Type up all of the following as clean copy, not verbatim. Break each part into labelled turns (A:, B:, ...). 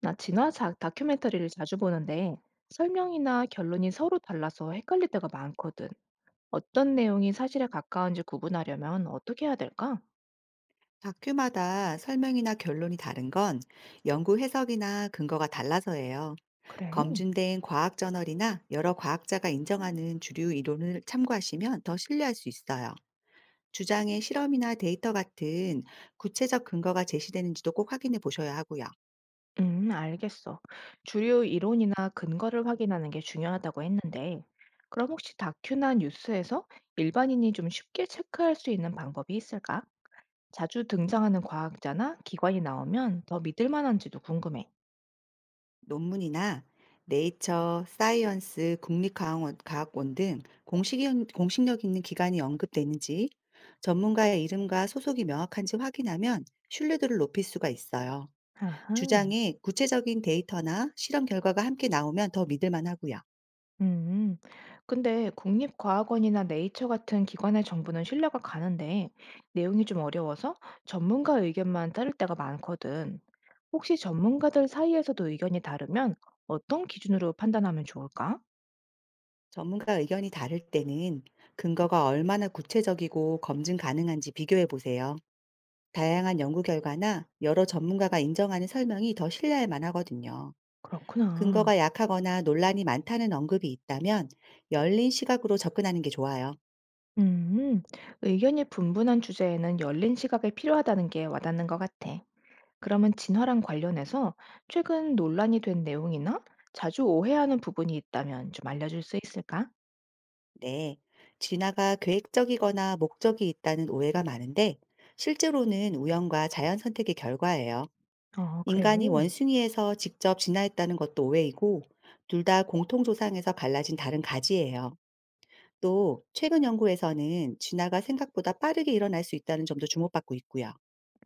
A: 나 진화 다큐멘터리를 자주 보는데 설명이나 결론이 서로 달라서 헷갈릴 때가 많거든. 어떤 내용이 사실에 가까운지 구분하려면 어떻게 해야 될까?
B: 다큐마다 설명이나 결론이 다른 건 연구 해석이나 근거가 달라서예요.
A: 그래.
B: 검증된 과학 저널이나 여러 과학자가 인정하는 주류 이론을 참고하시면 더 신뢰할 수 있어요. 주장의 실험이나 데이터 같은 구체적 근거가 제시되는지도 꼭 확인해 보셔야 하고요.
A: 알겠어. 주요 이론이나 근거를 확인하는 게 중요하다고 했는데, 그럼 혹시 다큐나 뉴스에서 일반인이 좀 쉽게 체크할 수 있는 방법이 있을까? 자주 등장하는 과학자나 기관이 나오면 더 믿을 만한지도 궁금해.
B: 논문이나 네이처, 사이언스, 국립과학원 등 공식, 공식력 있는 기관이 언급되는지, 전문가의 이름과 소속이 명확한지 확인하면 신뢰도를 높일 수가 있어요.
A: 아하.
B: 주장에 구체적인 데이터나 실험 결과가 함께 나오면 더 믿을만 하고요.
A: 음, 근데 국립과학원이나 네이처 같은 기관의 정보는 신뢰가 가는데 내용이 좀 어려워서 전문가 의견만 따를 때가 많거든. 혹시 전문가들 사이에서도 의견이 다르면 어떤 기준으로 판단하면 좋을까?
B: 전문가 의견이 다를 때는 근거가 얼마나 구체적이고 검증 가능한지 비교해 보세요. 다양한 연구 결과나 여러 전문가가 인정하는 설명이 더 신뢰할 만하거든요.
A: 그렇구나.
B: 근거가 약하거나 논란이 많다는 언급이 있다면 열린 시각으로 접근하는 게 좋아요.
A: 음, 의견이 분분한 주제에는 열린 시각이 필요하다는 게 와닿는 것 같아. 그러면 진화랑 관련해서 최근 논란이 된 내용이나 자주 오해하는 부분이 있다면 좀 알려줄 수 있을까?
B: 네. 진화가 계획적이거나 목적이 있다는 오해가 많은데, 실제로는 우연과 자연 선택의 결과예요.
A: 아, 그래.
B: 인간이 원숭이에서 직접 진화했다는 것도 오해이고, 둘 다 공통조상에서 갈라진 다른 가지예요. 또 최근 연구에서는 진화가 생각보다 빠르게 일어날 수 있다는 점도 주목받고 있고요.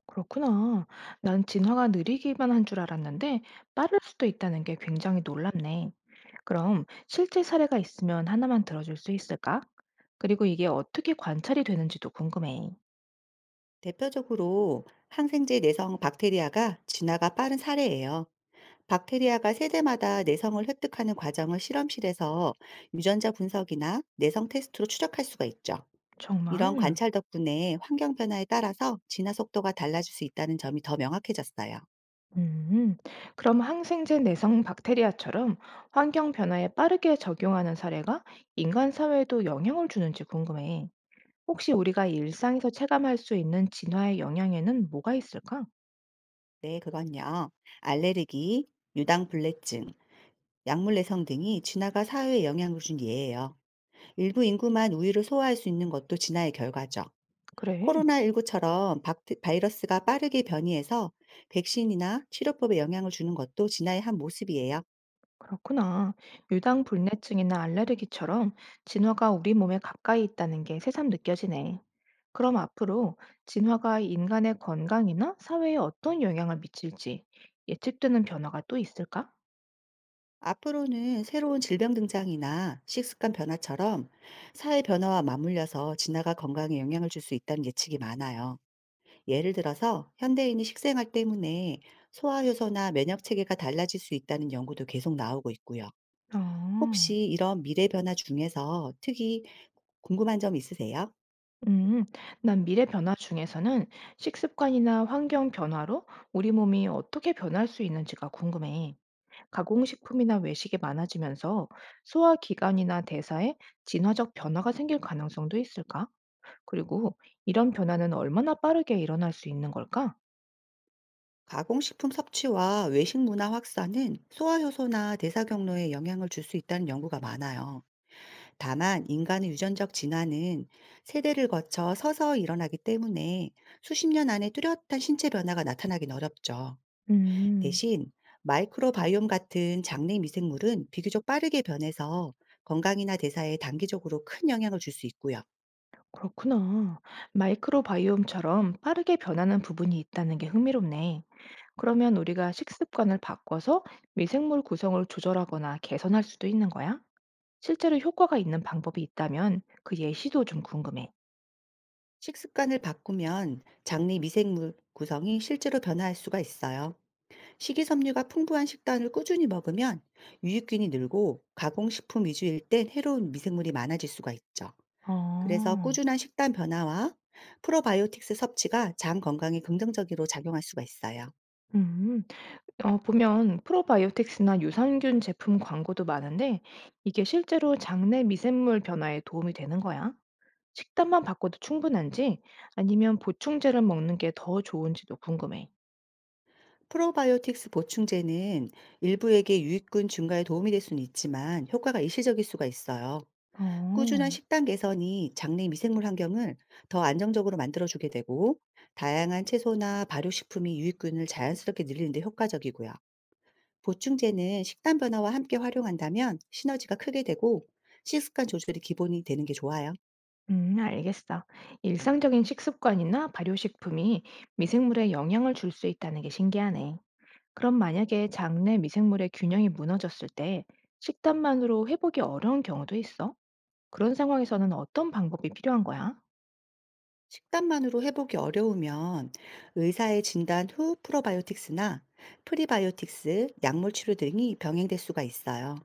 A: 그렇구나. 난 진화가 느리기만 한 줄 알았는데 빠를 수도 있다는 게 굉장히 놀랍네. 그럼 실제 사례가 있으면 하나만 들어줄 수 있을까? 그리고 이게 어떻게 관찰이 되는지도 궁금해.
B: 대표적으로 항생제 내성 박테리아가 진화가 빠른 사례예요. 박테리아가 세대마다 내성을 획득하는 과정을 실험실에서 유전자 분석이나 내성 테스트로 추적할 수가 있죠. 이런
A: 정말?
B: 관찰 덕분에 환경 변화에 따라서 진화 속도가 달라질 수 있다는 점이 더 명확해졌어요.
A: 음, 그럼 항생제 내성 박테리아처럼 환경 변화에 빠르게 적용하는 사례가 인간 사회에도 영향을 주는지 궁금해. 혹시 우리가 일상에서 체감할 수 있는 진화의 영향에는 뭐가 있을까?
B: 네, 그건요. 알레르기, 유당불내증, 약물 내성 등이 진화가 사회에 영향을 준 예예요. 일부 인구만 우유를 소화할 수 있는 것도 진화의 결과죠.
A: 그래.
B: 코로나19처럼 바이러스가 빠르게 변이해서 백신이나 치료법에 영향을 주는 것도 진화의 한 모습이에요.
A: 그렇구나. 유당불내증이나 알레르기처럼 진화가 우리 몸에 가까이 있다는 게 새삼 느껴지네. 그럼 앞으로 진화가 인간의 건강이나 사회에 어떤 영향을 미칠지 예측되는 변화가 또 있을까?
B: 앞으로는 새로운 질병 등장이나 식습관 변화처럼 사회 변화와 맞물려서 진화가 건강에 영향을 줄 수 있다는 예측이 많아요. 예를 들어서 현대인이 식생활 때문에 소화효소나 면역 체계가 달라질 수 있다는 연구도 계속 나오고 있고요.
A: 어,
B: 혹시 이런 미래 변화 중에서 특히 궁금한 점 있으세요?
A: 음, 난 미래 변화 중에서는 식습관이나 환경 변화로 우리 몸이 어떻게 변할 수 있는지가 궁금해. 가공식품이나 외식이 많아지면서 소화기관이나 대사에 진화적 변화가 생길 가능성도 있을까? 그리고 이런 변화는 얼마나 빠르게 일어날 수 있는 걸까?
B: 가공식품 섭취와 외식 문화 확산은 소화효소나 대사 경로에 영향을 줄 수 있다는 연구가 많아요. 다만 인간의 유전적 진화는 세대를 거쳐 서서히 일어나기 때문에 수십 년 안에 뚜렷한 신체 변화가 나타나긴 어렵죠.
A: 음,
B: 대신 마이크로바이옴 같은 장내 미생물은 비교적 빠르게 변해서 건강이나 대사에 단기적으로 큰 영향을 줄 수 있고요.
A: 그렇구나. 마이크로바이옴처럼 빠르게 변하는 부분이 있다는 게 흥미롭네. 그러면 우리가 식습관을 바꿔서 미생물 구성을 조절하거나 개선할 수도 있는 거야? 실제로 효과가 있는 방법이 있다면 그 예시도 좀 궁금해.
B: 식습관을 바꾸면 장내 미생물 구성이 실제로 변화할 수가 있어요. 식이섬유가 풍부한 식단을 꾸준히 먹으면 유익균이 늘고, 가공식품 위주일 땐 해로운 미생물이 많아질 수가 있죠. 그래서
A: 아,
B: 꾸준한 식단 변화와 프로바이오틱스 섭취가 장 건강에 긍정적으로 작용할 수가 있어요.
A: 음, 보면 프로바이오틱스나 유산균 제품 광고도 많은데 이게 실제로 장내 미생물 변화에 도움이 되는 거야? 식단만 바꿔도 충분한지 아니면 보충제를 먹는 게 더 좋은지도 궁금해.
B: 프로바이오틱스 보충제는 일부에게 유익균 증가에 도움이 될 수는 있지만, 효과가 일시적일 수가 있어요.
A: 어.
B: 꾸준한 식단 개선이 장내 미생물 환경을 더 안정적으로 만들어주게 되고, 다양한 채소나 발효식품이 유익균을 자연스럽게 늘리는 데 효과적이고요. 보충제는 식단 변화와 함께 활용한다면 시너지가 크게 되고, 식습관 조절이 기본이 되는 게 좋아요.
A: 알겠어. 일상적인 식습관이나 발효식품이 미생물에 영향을 줄 수 있다는 게 신기하네. 그럼 만약에 장내 미생물의 균형이 무너졌을 때 식단만으로 회복이 어려운 경우도 있어? 그런 상황에서는 어떤 방법이 필요한 거야?
B: 식단만으로 회복이 어려우면 의사의 진단 후 프로바이오틱스나 프리바이오틱스, 약물 치료 등이 병행될 수가 있어요.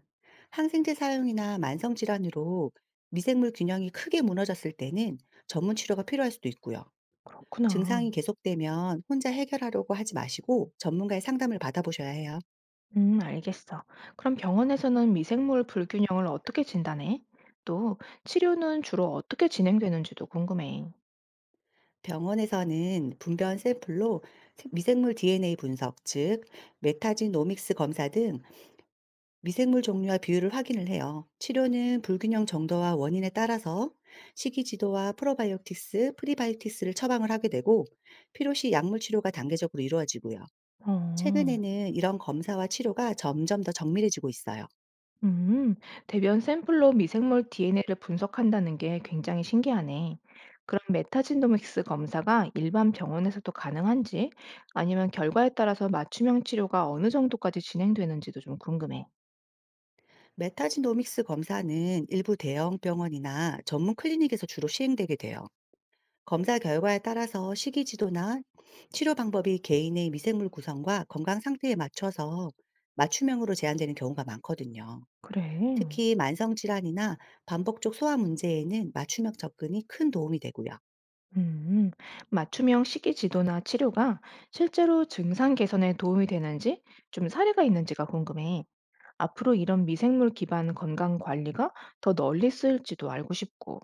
B: 항생제 사용이나 만성 질환으로 미생물 균형이 크게 무너졌을 때는 전문 치료가 필요할 수도 있고요.
A: 그렇구나.
B: 증상이 계속되면 혼자 해결하려고 하지 마시고 전문가의 상담을 받아보셔야 해요.
A: 알겠어. 그럼 병원에서는 미생물 불균형을 어떻게 진단해? 또 치료는 주로 어떻게 진행되는지도 궁금해.
B: 병원에서는 분변 샘플로 미생물 DNA 분석, 즉 메타지노믹스 검사 등 미생물 종류와 비율을 확인을 해요. 치료는 불균형 정도와 원인에 따라서 식이 지도와 프로바이오틱스, 프리바이오틱스를 처방을 하게 되고, 필요 시 약물 치료가 단계적으로 이루어지고요.
A: 어,
B: 최근에는 이런 검사와 치료가 점점 더 정밀해지고 있어요.
A: 음, 대변 샘플로 미생물 DNA를 분석한다는 게 굉장히 신기하네. 그럼 메타진도믹스 검사가 일반 병원에서도 가능한지, 아니면 결과에 따라서 맞춤형 치료가 어느 정도까지 진행되는지도 좀 궁금해.
B: 메타지노믹스 검사는 일부 대형 병원이나 전문 클리닉에서 주로 시행되게 돼요. 검사 결과에 따라서 식이 지도나 치료 방법이 개인의 미생물 구성과 건강 상태에 맞춰서 맞춤형으로 제한되는 경우가 많거든요.
A: 그래.
B: 특히 만성 질환이나 반복적 소화 문제에는 맞춤형 접근이 큰 도움이 되고요.
A: 음, 맞춤형 식이 지도나 치료가 실제로 증상 개선에 도움이 되는지 좀 사례가 있는지가 궁금해. 앞으로 이런 미생물 기반 건강 관리가 더 널리 쓰일지도 알고 싶고.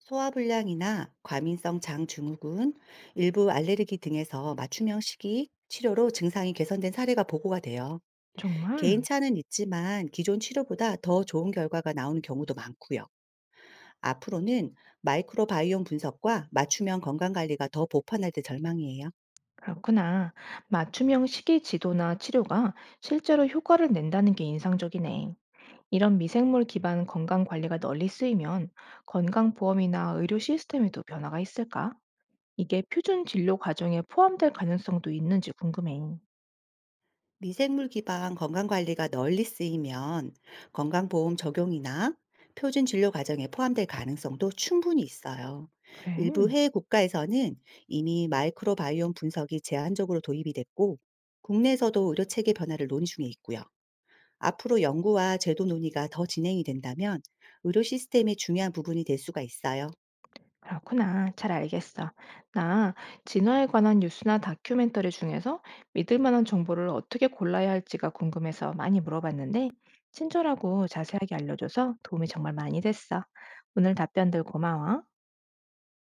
B: 소화불량이나 과민성 장증후군, 일부 알레르기 등에서 맞춤형 식이 치료로 증상이 개선된 사례가 보고가 돼요.
A: 정말?
B: 개인차는 있지만 기존 치료보다 더 좋은 결과가 나오는 경우도 많고요. 앞으로는 마이크로바이옴 분석과 맞춤형 건강관리가 더 보편화될 전망이에요.
A: 그렇구나. 맞춤형 식이 지도나 치료가 실제로 효과를 낸다는 게 인상적이네. 이런 미생물 기반 건강 관리가 널리 쓰이면 건강보험이나 의료 시스템에도 변화가 있을까? 이게 표준 진료 과정에 포함될 가능성도 있는지 궁금해.
B: 미생물 기반 건강관리가 널리 쓰이면 건강보험 적용이나 표준 진료 과정에 포함될 가능성도 충분히 있어요.
A: 그래,
B: 일부 해외 국가에서는 이미 마이크로바이옴 분석이 제한적으로 도입이 됐고, 국내에서도 의료 체계 변화를 논의 중에 있고요. 앞으로 연구와 제도 논의가 더 진행이 된다면 의료 시스템의 중요한 부분이 될 수가 있어요.
A: 그렇구나. 잘 알겠어. 나 진화에 관한 뉴스나 다큐멘터리 중에서 믿을 만한 정보를 어떻게 골라야 할지가 궁금해서 많이 물어봤는데, 친절하고 자세하게 알려줘서 도움이 정말 많이 됐어. 오늘 답변들 고마워.